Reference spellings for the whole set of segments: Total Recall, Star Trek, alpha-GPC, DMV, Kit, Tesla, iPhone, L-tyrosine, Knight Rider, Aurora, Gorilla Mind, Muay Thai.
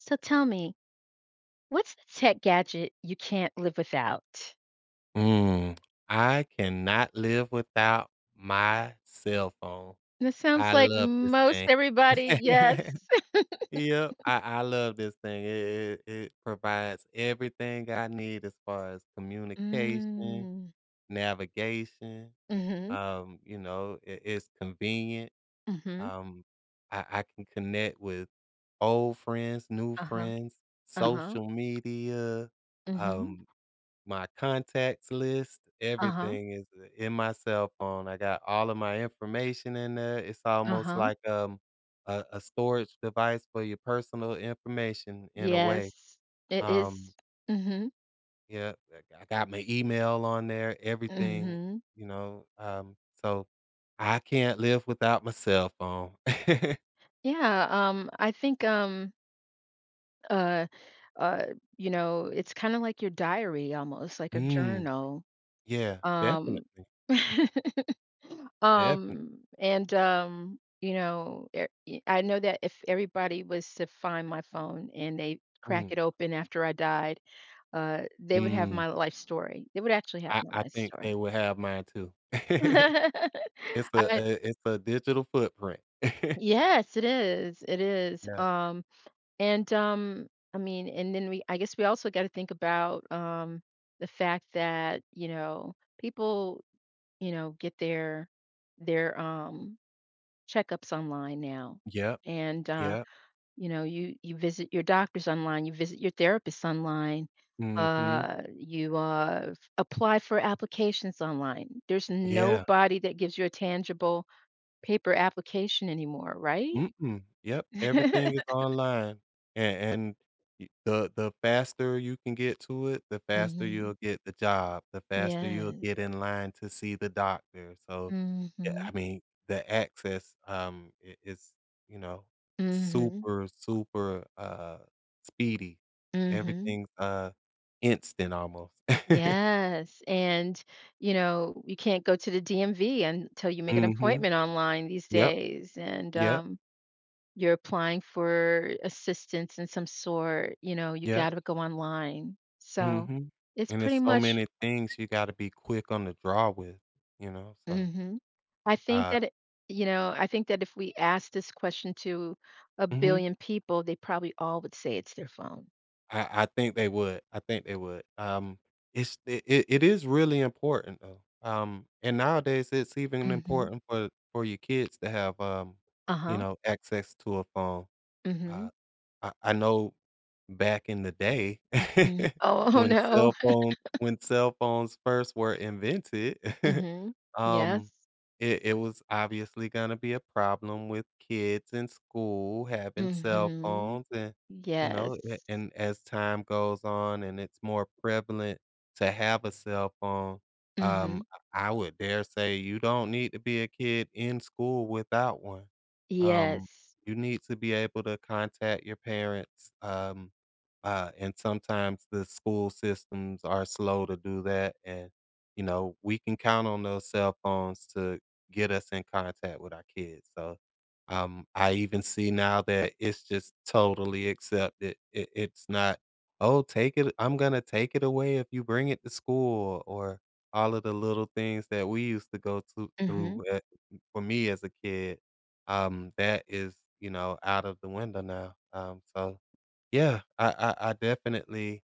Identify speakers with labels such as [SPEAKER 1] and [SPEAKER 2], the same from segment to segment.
[SPEAKER 1] So tell me, what's the tech gadget you can't live without?
[SPEAKER 2] Mm, I cannot live without my cell phone.
[SPEAKER 1] This sounds
[SPEAKER 2] I
[SPEAKER 1] like
[SPEAKER 2] love this
[SPEAKER 1] most
[SPEAKER 2] thing.
[SPEAKER 1] everybody, yes.
[SPEAKER 2] Yep, I love this thing. It provides everything I need as far as communication,
[SPEAKER 1] Mm.
[SPEAKER 2] navigation,
[SPEAKER 1] Mhm.
[SPEAKER 2] it's convenient.
[SPEAKER 1] Mhm.
[SPEAKER 2] Um, I can connect with old friends, new
[SPEAKER 1] Uh-huh.
[SPEAKER 2] friends,
[SPEAKER 1] Uh-huh.
[SPEAKER 2] social media,
[SPEAKER 1] Mhm.
[SPEAKER 2] um, my contacts list,
[SPEAKER 1] Uh-huh.
[SPEAKER 2] everything is in my cell phone. I got all of my information in there. It's almost
[SPEAKER 1] Uh-huh.
[SPEAKER 2] like, a storage device for your personal information in a way.
[SPEAKER 1] Yes. It
[SPEAKER 2] Um,
[SPEAKER 1] is. Mhm.
[SPEAKER 2] yeah, I got my email on there, everything,
[SPEAKER 1] Mhm.
[SPEAKER 2] you know, um, so I can't live without my cell phone.
[SPEAKER 1] Yeah, I think uh uh it's kind of like your diary almost, like a
[SPEAKER 2] Mm,
[SPEAKER 1] journal.
[SPEAKER 2] yeah,
[SPEAKER 1] Um
[SPEAKER 2] definitely, definitely.
[SPEAKER 1] And, you know, e e I know that if everybody was to find my phone and they crack
[SPEAKER 2] Mm,
[SPEAKER 1] it open after I died, they would have
[SPEAKER 2] mm,
[SPEAKER 1] my life story. They would actually have
[SPEAKER 2] I
[SPEAKER 1] my
[SPEAKER 2] I
[SPEAKER 1] life
[SPEAKER 2] think they
[SPEAKER 1] story.
[SPEAKER 2] would have mine too. It's a
[SPEAKER 1] I
[SPEAKER 2] a it's a digital footprint.
[SPEAKER 1] Yes, it is,
[SPEAKER 2] Yeah.
[SPEAKER 1] and, I mean, and then we I guess we also gotta think about, the fact that, people, get their checkups online now.
[SPEAKER 2] Yep,
[SPEAKER 1] And,
[SPEAKER 2] yep.
[SPEAKER 1] you visit your doctors online, you visit your therapists online,
[SPEAKER 2] Mhm.
[SPEAKER 1] you, f apply for applications online. There's
[SPEAKER 2] Yeah.
[SPEAKER 1] nobody that gives you a tangible paper application anymore, right?
[SPEAKER 2] Mm-mm. Yep, everything is online, and y the faster you can get to it, the faster you'll
[SPEAKER 1] Mhm.
[SPEAKER 2] get the job, the faster you'll
[SPEAKER 1] Yes.
[SPEAKER 2] get in line to see the doctor, so, yeah, I
[SPEAKER 1] Mhm.
[SPEAKER 2] mean, the access, I is, you know,
[SPEAKER 1] Mhm.
[SPEAKER 2] super, super, speedy.
[SPEAKER 1] Mhm.
[SPEAKER 2] Everything's, instant almost.
[SPEAKER 1] Yes, and, you can't go to the DMV until you make an
[SPEAKER 2] Mhm.
[SPEAKER 1] appointment online these
[SPEAKER 2] Yep,
[SPEAKER 1] days, and,
[SPEAKER 2] yep,
[SPEAKER 1] you're applying for assistance in some sort. You know, you
[SPEAKER 2] yep,
[SPEAKER 1] gotta go online. So,
[SPEAKER 2] mhm,
[SPEAKER 1] it's
[SPEAKER 2] and there's
[SPEAKER 1] pretty
[SPEAKER 2] so
[SPEAKER 1] much.
[SPEAKER 2] many things you gotta be quick on the draw with, so,
[SPEAKER 1] Mhm. I think
[SPEAKER 2] uh
[SPEAKER 1] that it I think that if we asked this question to a
[SPEAKER 2] mhm,
[SPEAKER 1] billion people, they probably all would say it's their phone.
[SPEAKER 2] I think they would, I think they would, it it is really important though, and nowadays it's even
[SPEAKER 1] Mhm.
[SPEAKER 2] important for your kids to have, you
[SPEAKER 1] Uh-huh.
[SPEAKER 2] know, access to a phone. Uh,
[SPEAKER 1] Mhm.
[SPEAKER 2] I know back in the day
[SPEAKER 1] Mhm. Oh, oh, no.
[SPEAKER 2] when cell phones first were invented,
[SPEAKER 1] Mhm.
[SPEAKER 2] um,
[SPEAKER 1] Yes.
[SPEAKER 2] it was obviously gonna be a problem with kids in school having cell
[SPEAKER 1] Mhm.
[SPEAKER 2] phones and, you know, a
[SPEAKER 1] Yes.
[SPEAKER 2] and as time goes on and it's more prevalent to have a cell phone, um,
[SPEAKER 1] Mhm.
[SPEAKER 2] I would dare say you don't need to be a kid in school without one. Um,
[SPEAKER 1] Yes.
[SPEAKER 2] you need to be able to contact your parents, and sometimes the school systems are slow to do that, and, you know, we can count on those cell phones to get us in contact with our kids, so, I even see now that it's just totally accepted. It's not, "Oh, take it I'm gonna take it away if you bring it to school," or all of the little things that we used to go to
[SPEAKER 1] Mhm.
[SPEAKER 2] through, for me as a kid, that is, you know, out of the window now. So yeah, I definitely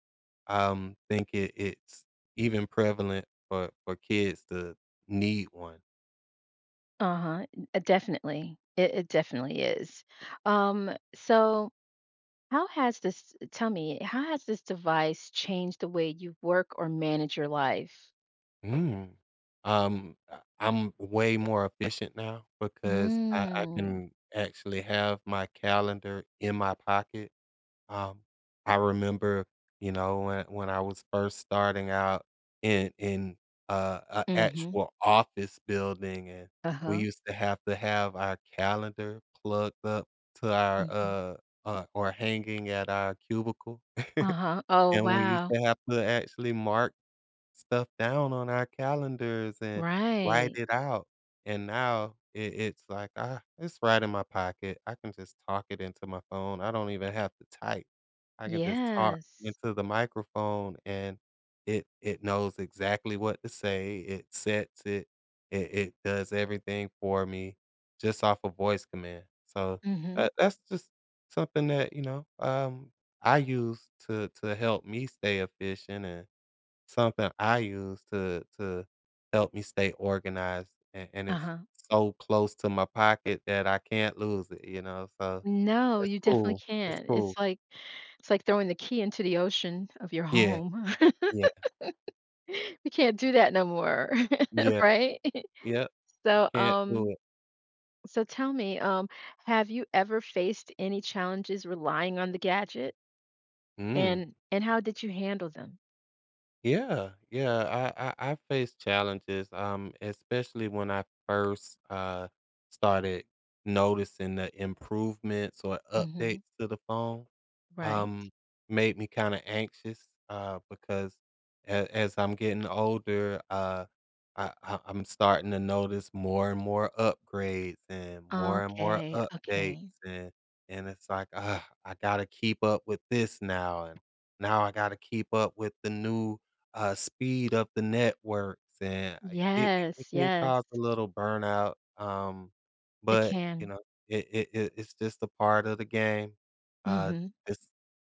[SPEAKER 2] think it's even prevalent for kids to need one.
[SPEAKER 1] Uh-huh. Definitely. It definitely is. So tell me, how has this device changed the way you work or manage your life?
[SPEAKER 2] Mm. I'm way more efficient now because I
[SPEAKER 1] Mm.
[SPEAKER 2] can actually have my calendar in my pocket. Um, I remember, you know, when I was first starting out in a
[SPEAKER 1] Mm-hmm.
[SPEAKER 2] actual office building, and we
[SPEAKER 1] Uh-huh.
[SPEAKER 2] used to have our calendar plugged up to our
[SPEAKER 1] Mm-hmm.
[SPEAKER 2] or hanging at our cubicle,
[SPEAKER 1] Uh-huh. Oh,
[SPEAKER 2] and we used
[SPEAKER 1] wow.
[SPEAKER 2] to have to actually mark stuff down on our calendars and write
[SPEAKER 1] Right.
[SPEAKER 2] it out, and now it's like, "Ah, it's right in my pocket. I can just talk it into my phone. I don't even have to type. I can just talk
[SPEAKER 1] Yes.
[SPEAKER 2] into the microphone, and it knows exactly what to say. It sets it. It does everything for me just off a voice command." So,
[SPEAKER 1] Mm-hmm.
[SPEAKER 2] that's just something that, you know, I use to help me stay efficient and something I use to help me stay organized, and it's
[SPEAKER 1] Uh-huh.
[SPEAKER 2] so close to my pocket that I can't lose it, you know, so
[SPEAKER 1] No,
[SPEAKER 2] it's
[SPEAKER 1] you definitely
[SPEAKER 2] cool, it's
[SPEAKER 1] can't.
[SPEAKER 2] cool.
[SPEAKER 1] it's like throwing the key into the ocean of your
[SPEAKER 2] Yeah,
[SPEAKER 1] home.
[SPEAKER 2] yeah,
[SPEAKER 1] We can't do that no more,
[SPEAKER 2] yeah,
[SPEAKER 1] right?
[SPEAKER 2] yep, you
[SPEAKER 1] So,
[SPEAKER 2] can't do
[SPEAKER 1] um,
[SPEAKER 2] it.
[SPEAKER 1] So tell me, have you ever faced any challenges relying on the gadget?
[SPEAKER 2] Mm,
[SPEAKER 1] And how did you handle them?
[SPEAKER 2] yeah, yeah, I faced challenges, especially when I first, started noticing the improvements or updates
[SPEAKER 1] Hmm.
[SPEAKER 2] to the phone.
[SPEAKER 1] Right.
[SPEAKER 2] Um, made me kinda anxious, because a as I'm getting older, I'm starting to notice more and more upgrades and more
[SPEAKER 1] Okay.
[SPEAKER 2] updates,
[SPEAKER 1] Okay.
[SPEAKER 2] and and it's like, "Ugh, I gotta keep up with this now, and now I gotta keep up with the new, speed of the networks," and I it it
[SPEAKER 1] Yes.
[SPEAKER 2] can cause
[SPEAKER 1] Yes.
[SPEAKER 2] a little burnout,
[SPEAKER 1] It
[SPEAKER 2] but, you
[SPEAKER 1] can.
[SPEAKER 2] know, it it's just a part of the game. Uh,
[SPEAKER 1] Mm-hmm.
[SPEAKER 2] this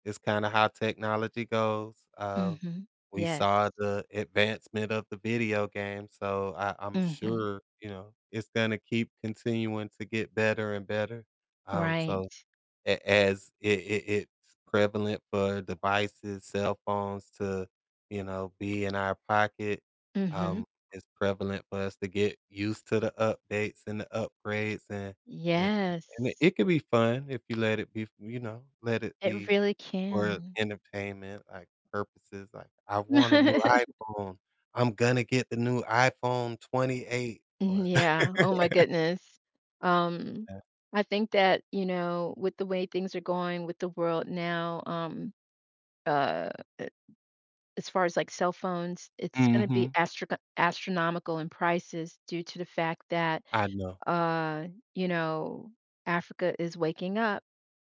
[SPEAKER 2] it's kinda how technology goes.
[SPEAKER 1] Mm-hmm.
[SPEAKER 2] We
[SPEAKER 1] Yes.
[SPEAKER 2] saw the advancement of the video game, so I'm
[SPEAKER 1] Mm-hmm.
[SPEAKER 2] sure, you know, it's gonna keep continuing to get better and better. So
[SPEAKER 1] Right.
[SPEAKER 2] a as it's prevalent for devices, cell phones to, you know, be in our pocket,
[SPEAKER 1] Mm-hmm.
[SPEAKER 2] um, it's prevalent for us to get used to the updates and the upgrades and and
[SPEAKER 1] Yes.
[SPEAKER 2] it could be fun if you let it be, you know, let it
[SPEAKER 1] It
[SPEAKER 2] be
[SPEAKER 1] really
[SPEAKER 2] for
[SPEAKER 1] can.
[SPEAKER 2] entertainment, like, purposes, like, "I want a new iPhone. I'm gonna get the new iPhone 28," or
[SPEAKER 1] Yeah. Oh my goodness. Um, I think that, with the way things are going with the world now, uh, a- as far as like cell phones, it's going to be
[SPEAKER 2] Mhm.
[SPEAKER 1] astronomical in prices due to the fact that,
[SPEAKER 2] I know.
[SPEAKER 1] uh, you know, Africa is waking up,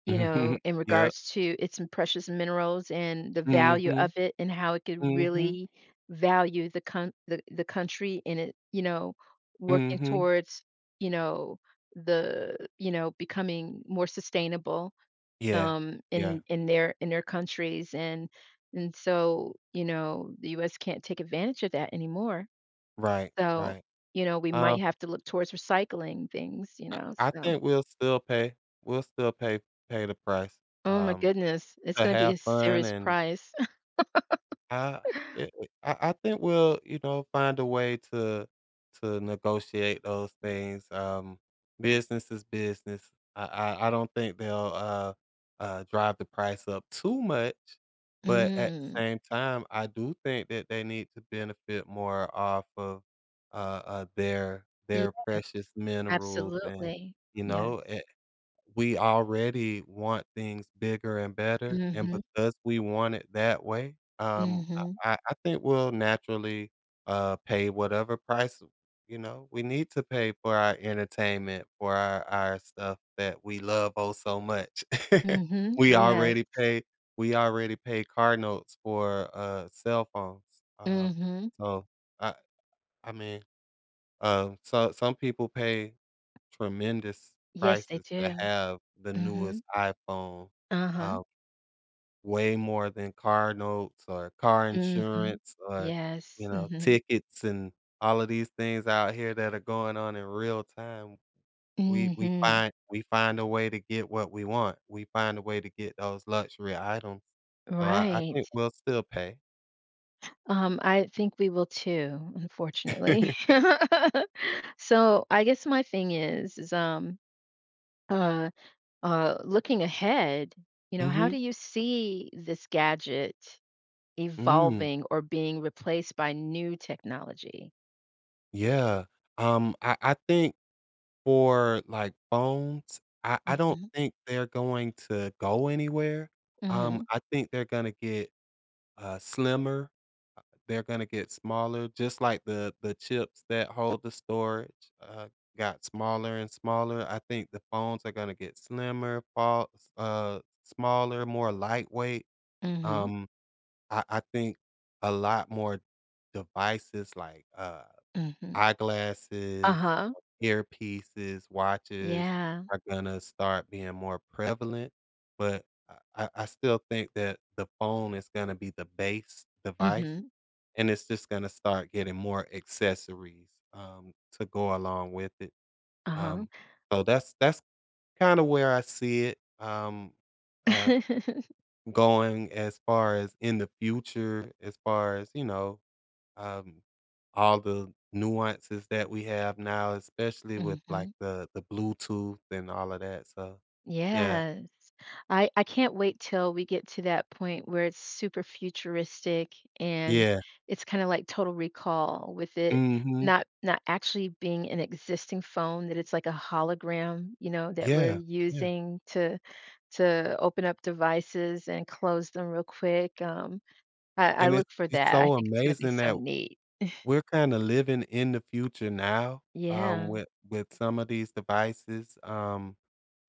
[SPEAKER 2] hmm
[SPEAKER 1] in
[SPEAKER 2] Yep.
[SPEAKER 1] regards to its precious minerals and the value
[SPEAKER 2] Mhm.
[SPEAKER 1] of it and how it could
[SPEAKER 2] Mhm.
[SPEAKER 1] really value the country in it, working
[SPEAKER 2] Mhm.
[SPEAKER 1] towards, you know, becoming more sustainable
[SPEAKER 2] Yeah. Yeah.
[SPEAKER 1] in their countries, and so the U.S. can't take advantage of that anymore.
[SPEAKER 2] Right.
[SPEAKER 1] So
[SPEAKER 2] Right.
[SPEAKER 1] we
[SPEAKER 2] Um,
[SPEAKER 1] might have to look towards recycling things.
[SPEAKER 2] I I
[SPEAKER 1] So,
[SPEAKER 2] think we'll still pay pay the price,
[SPEAKER 1] oh my
[SPEAKER 2] um,
[SPEAKER 1] goodness, it's
[SPEAKER 2] to
[SPEAKER 1] going to be
[SPEAKER 2] have
[SPEAKER 1] a
[SPEAKER 2] fun
[SPEAKER 1] serious
[SPEAKER 2] and
[SPEAKER 1] price.
[SPEAKER 2] I it it I think we'll, you know, find a way to negotiate those things. Business is business. I don't think they'll drive the price up too much, but at the
[SPEAKER 1] Mm,
[SPEAKER 2] same time, I do think that they need to benefit more off of
[SPEAKER 1] yes,
[SPEAKER 2] their precious minerals, and
[SPEAKER 1] absolutely.
[SPEAKER 2] you
[SPEAKER 1] Yes.
[SPEAKER 2] know we already want things bigger and better, and
[SPEAKER 1] Mm-hmm.
[SPEAKER 2] because we want it that way,
[SPEAKER 1] Mm-hmm.
[SPEAKER 2] I think we'll naturally, pay whatever price, you know, we need to pay for our entertainment, for our stuff that we love, oh, so much.
[SPEAKER 1] Mm-hmm.
[SPEAKER 2] We
[SPEAKER 1] Yes.
[SPEAKER 2] already pay we already pay car notes for, cell phones, um,
[SPEAKER 1] Mm-hmm.
[SPEAKER 2] so I I mean, so some people pay tremendous
[SPEAKER 1] Yes, they
[SPEAKER 2] prices to
[SPEAKER 1] do.
[SPEAKER 2] have the
[SPEAKER 1] Mm-hmm.
[SPEAKER 2] newest iPhone,
[SPEAKER 1] Uh-huh.
[SPEAKER 2] um, way more than car notes or car
[SPEAKER 1] Mm-hmm.
[SPEAKER 2] insurance or, you
[SPEAKER 1] Yes.
[SPEAKER 2] know,
[SPEAKER 1] Mm-hmm.
[SPEAKER 2] tickets and all of these things out here that are going on in real time.
[SPEAKER 1] Mm-hmm.
[SPEAKER 2] We find a way to get what we want. We find a way to get those luxury items. So I
[SPEAKER 1] Right.
[SPEAKER 2] think we'll still pay.
[SPEAKER 1] I think we will too, unfortunately. So, I guess my thing is, uh looking ahead, how
[SPEAKER 2] Mhm.
[SPEAKER 1] do you see this gadget
[SPEAKER 2] Mm,
[SPEAKER 1] evolving or being replaced by new technology?
[SPEAKER 2] yeah. I think for, like, phones, I don't
[SPEAKER 1] Mhm,
[SPEAKER 2] think they're going to go anywhere.
[SPEAKER 1] mhm,
[SPEAKER 2] I think they're gonna get, slimmer, they're gonna get smaller, just like the chips that hold the storage, got smaller and smaller. I think the phones are gonna get slimmer, fall smaller, more lightweight.
[SPEAKER 1] mhm,
[SPEAKER 2] Um, I think a lot more devices, like,
[SPEAKER 1] mhm.
[SPEAKER 2] eyeglasses,
[SPEAKER 1] Uh-huh.
[SPEAKER 2] earpieces, watches
[SPEAKER 1] Yeah.
[SPEAKER 2] are gonna start being more prevalent, but I still think that the phone is gonna be the base device,
[SPEAKER 1] Mhm.
[SPEAKER 2] and it's just gonna start getting more accessories, to go along with it,
[SPEAKER 1] Uh-huh.
[SPEAKER 2] um, so that's kinda where I see it, uh, going as far as in the future, as far as, you know, um, all the nuances that we have now, especially with, like,
[SPEAKER 1] Mhm.
[SPEAKER 2] the Bluetooth and all of that, so yeah.
[SPEAKER 1] Yes. I can't wait till we get to that point where it's super futuristic and
[SPEAKER 2] Yeah.
[SPEAKER 1] it's kind of like Total Recall with it
[SPEAKER 2] Mhm.
[SPEAKER 1] not actually being an existing phone, that it's like a hologram, that we're
[SPEAKER 2] Yeah, yeah,
[SPEAKER 1] using to open up devices and close them real quick. I
[SPEAKER 2] and
[SPEAKER 1] look for
[SPEAKER 2] it's
[SPEAKER 1] that. I
[SPEAKER 2] so
[SPEAKER 1] think it's going to be
[SPEAKER 2] amazing
[SPEAKER 1] so
[SPEAKER 2] that
[SPEAKER 1] neat.
[SPEAKER 2] we're kinda living in the future now,
[SPEAKER 1] Yeah.
[SPEAKER 2] with some of these devices, um,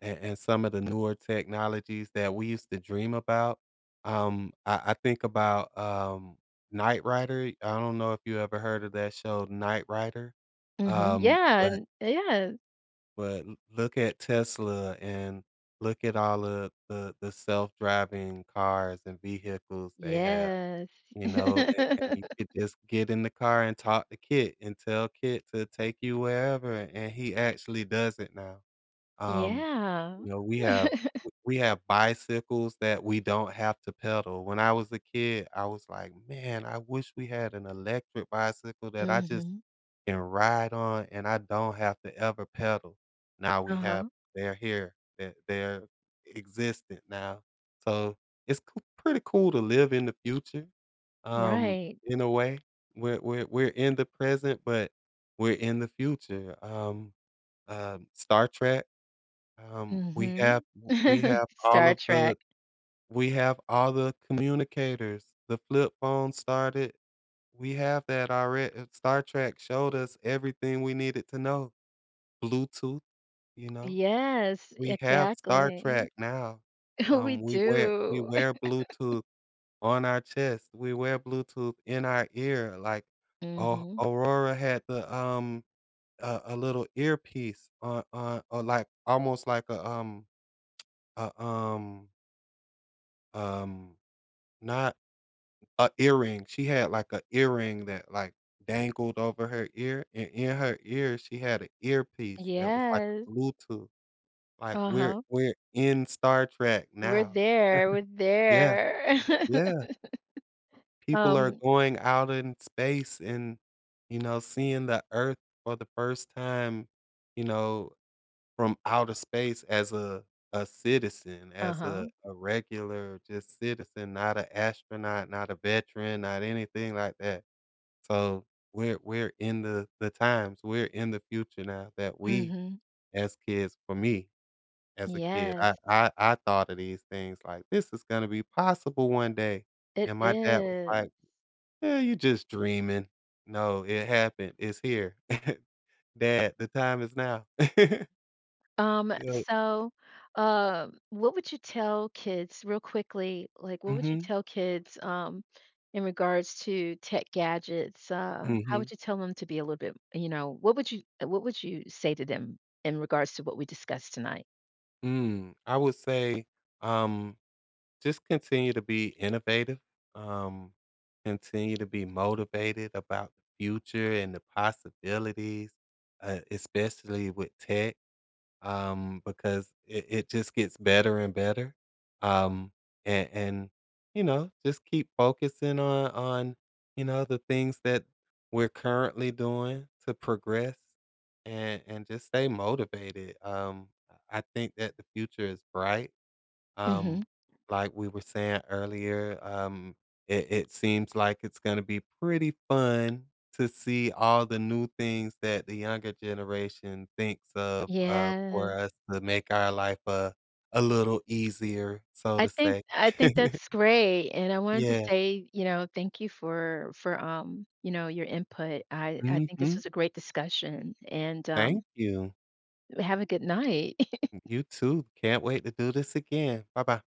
[SPEAKER 2] and some of the newer technologies that we used to dream about. I think about Knight Rider. I don't know if you ever heard of that show, Knight Rider.
[SPEAKER 1] Hmm. Yeah.
[SPEAKER 2] But
[SPEAKER 1] Yeah.
[SPEAKER 2] look at Tesla and look at all of the self driving cars and vehicles they have.
[SPEAKER 1] Yes.
[SPEAKER 2] You know, and you could just get in the car and talk to Kit and tell Kit to take you wherever, and he actually does it now. Um,
[SPEAKER 1] Yeah.
[SPEAKER 2] you know, we have bicycles that we don't have to pedal. When I was a kid, I was like, "Man, I wish we had an electric bicycle that I just
[SPEAKER 1] Hmm.
[SPEAKER 2] can ride on and I don't have to ever pedal." Now we have
[SPEAKER 1] Uh-huh.
[SPEAKER 2] they're existent now. So, it's c pretty cool to live in the future, um,
[SPEAKER 1] Right.
[SPEAKER 2] in a way. We're we're in the present, but we're in the future. Um, Star Trek,
[SPEAKER 1] Mhm.
[SPEAKER 2] we have all
[SPEAKER 1] Star
[SPEAKER 2] of the
[SPEAKER 1] Trek.
[SPEAKER 2] we have all the communicators. The flip phone started we have that already, Star Trek showed us everything we needed to know. Bluetooth, you know?
[SPEAKER 1] Yes,
[SPEAKER 2] We have Star
[SPEAKER 1] exactly.
[SPEAKER 2] Trek now.
[SPEAKER 1] We
[SPEAKER 2] We
[SPEAKER 1] do.
[SPEAKER 2] wear Bluetooth on our chest. We wear Bluetooth in our ear, like, oh,
[SPEAKER 1] Mhm.
[SPEAKER 2] Aurora had the, a little earpiece on or like almost like a, um Um, not a earring. She had, like, a earring that, like, dangled over her ear, and in her ear, she had an earpiece that was like
[SPEAKER 1] Yes.
[SPEAKER 2] a Bluetooth. Like, we're
[SPEAKER 1] Uh-huh.
[SPEAKER 2] we're in Star Trek
[SPEAKER 1] We're
[SPEAKER 2] now.
[SPEAKER 1] there. We're
[SPEAKER 2] Yeah,
[SPEAKER 1] there.
[SPEAKER 2] yeah. People are
[SPEAKER 1] Um,
[SPEAKER 2] going out in space and, you know, seeing the Earth for the first time, you know from outer space as a citizen, as
[SPEAKER 1] uh-huh.
[SPEAKER 2] a regular just citizen, not an astronaut, not a veteran, not anything like that. So, we're in the times, we're in the future now that we
[SPEAKER 1] Mhm.
[SPEAKER 2] as kids for me, as a kid, I
[SPEAKER 1] Yes.
[SPEAKER 2] I I thought of these things like, "This is gonna be possible one day,"
[SPEAKER 1] It
[SPEAKER 2] and my dad was like,
[SPEAKER 1] is.
[SPEAKER 2] "Yeah, you just dreaming." No, it happened, it's here. Dad, the time is now.
[SPEAKER 1] Um,
[SPEAKER 2] Yeah.
[SPEAKER 1] so, what would you tell kids real quickly, like, what would you
[SPEAKER 2] Mhm,
[SPEAKER 1] tell kids, in regards to tech gadgets? How
[SPEAKER 2] mhm.
[SPEAKER 1] would you tell them to be a little bit, what would you say to them in regards to what we discussed tonight?
[SPEAKER 2] Mm, I would say, um, just continue to be innovative, um, continue to be motivated about the future and the possibilities, especially with tech, because it just gets better and better. Um, and you know, just keep focusing on you know the things that we're currently doing to progress, and just stay motivated. I think that the future is bright,
[SPEAKER 1] Mhm.
[SPEAKER 2] um, like we were saying earlier, it seems like it's going to be pretty fun to see all the new things that the younger generation thinks of for
[SPEAKER 1] Yes.
[SPEAKER 2] us to make our life a little easier, so
[SPEAKER 1] I
[SPEAKER 2] to
[SPEAKER 1] think
[SPEAKER 2] say.
[SPEAKER 1] I think that's great, and I wanted to
[SPEAKER 2] Yeah.
[SPEAKER 1] say, thank you for your input. I think this
[SPEAKER 2] hmm
[SPEAKER 1] was a great discussion, and,
[SPEAKER 2] Thank you.
[SPEAKER 1] have a good night.
[SPEAKER 2] You too. Can't wait to do this again. Bye bye.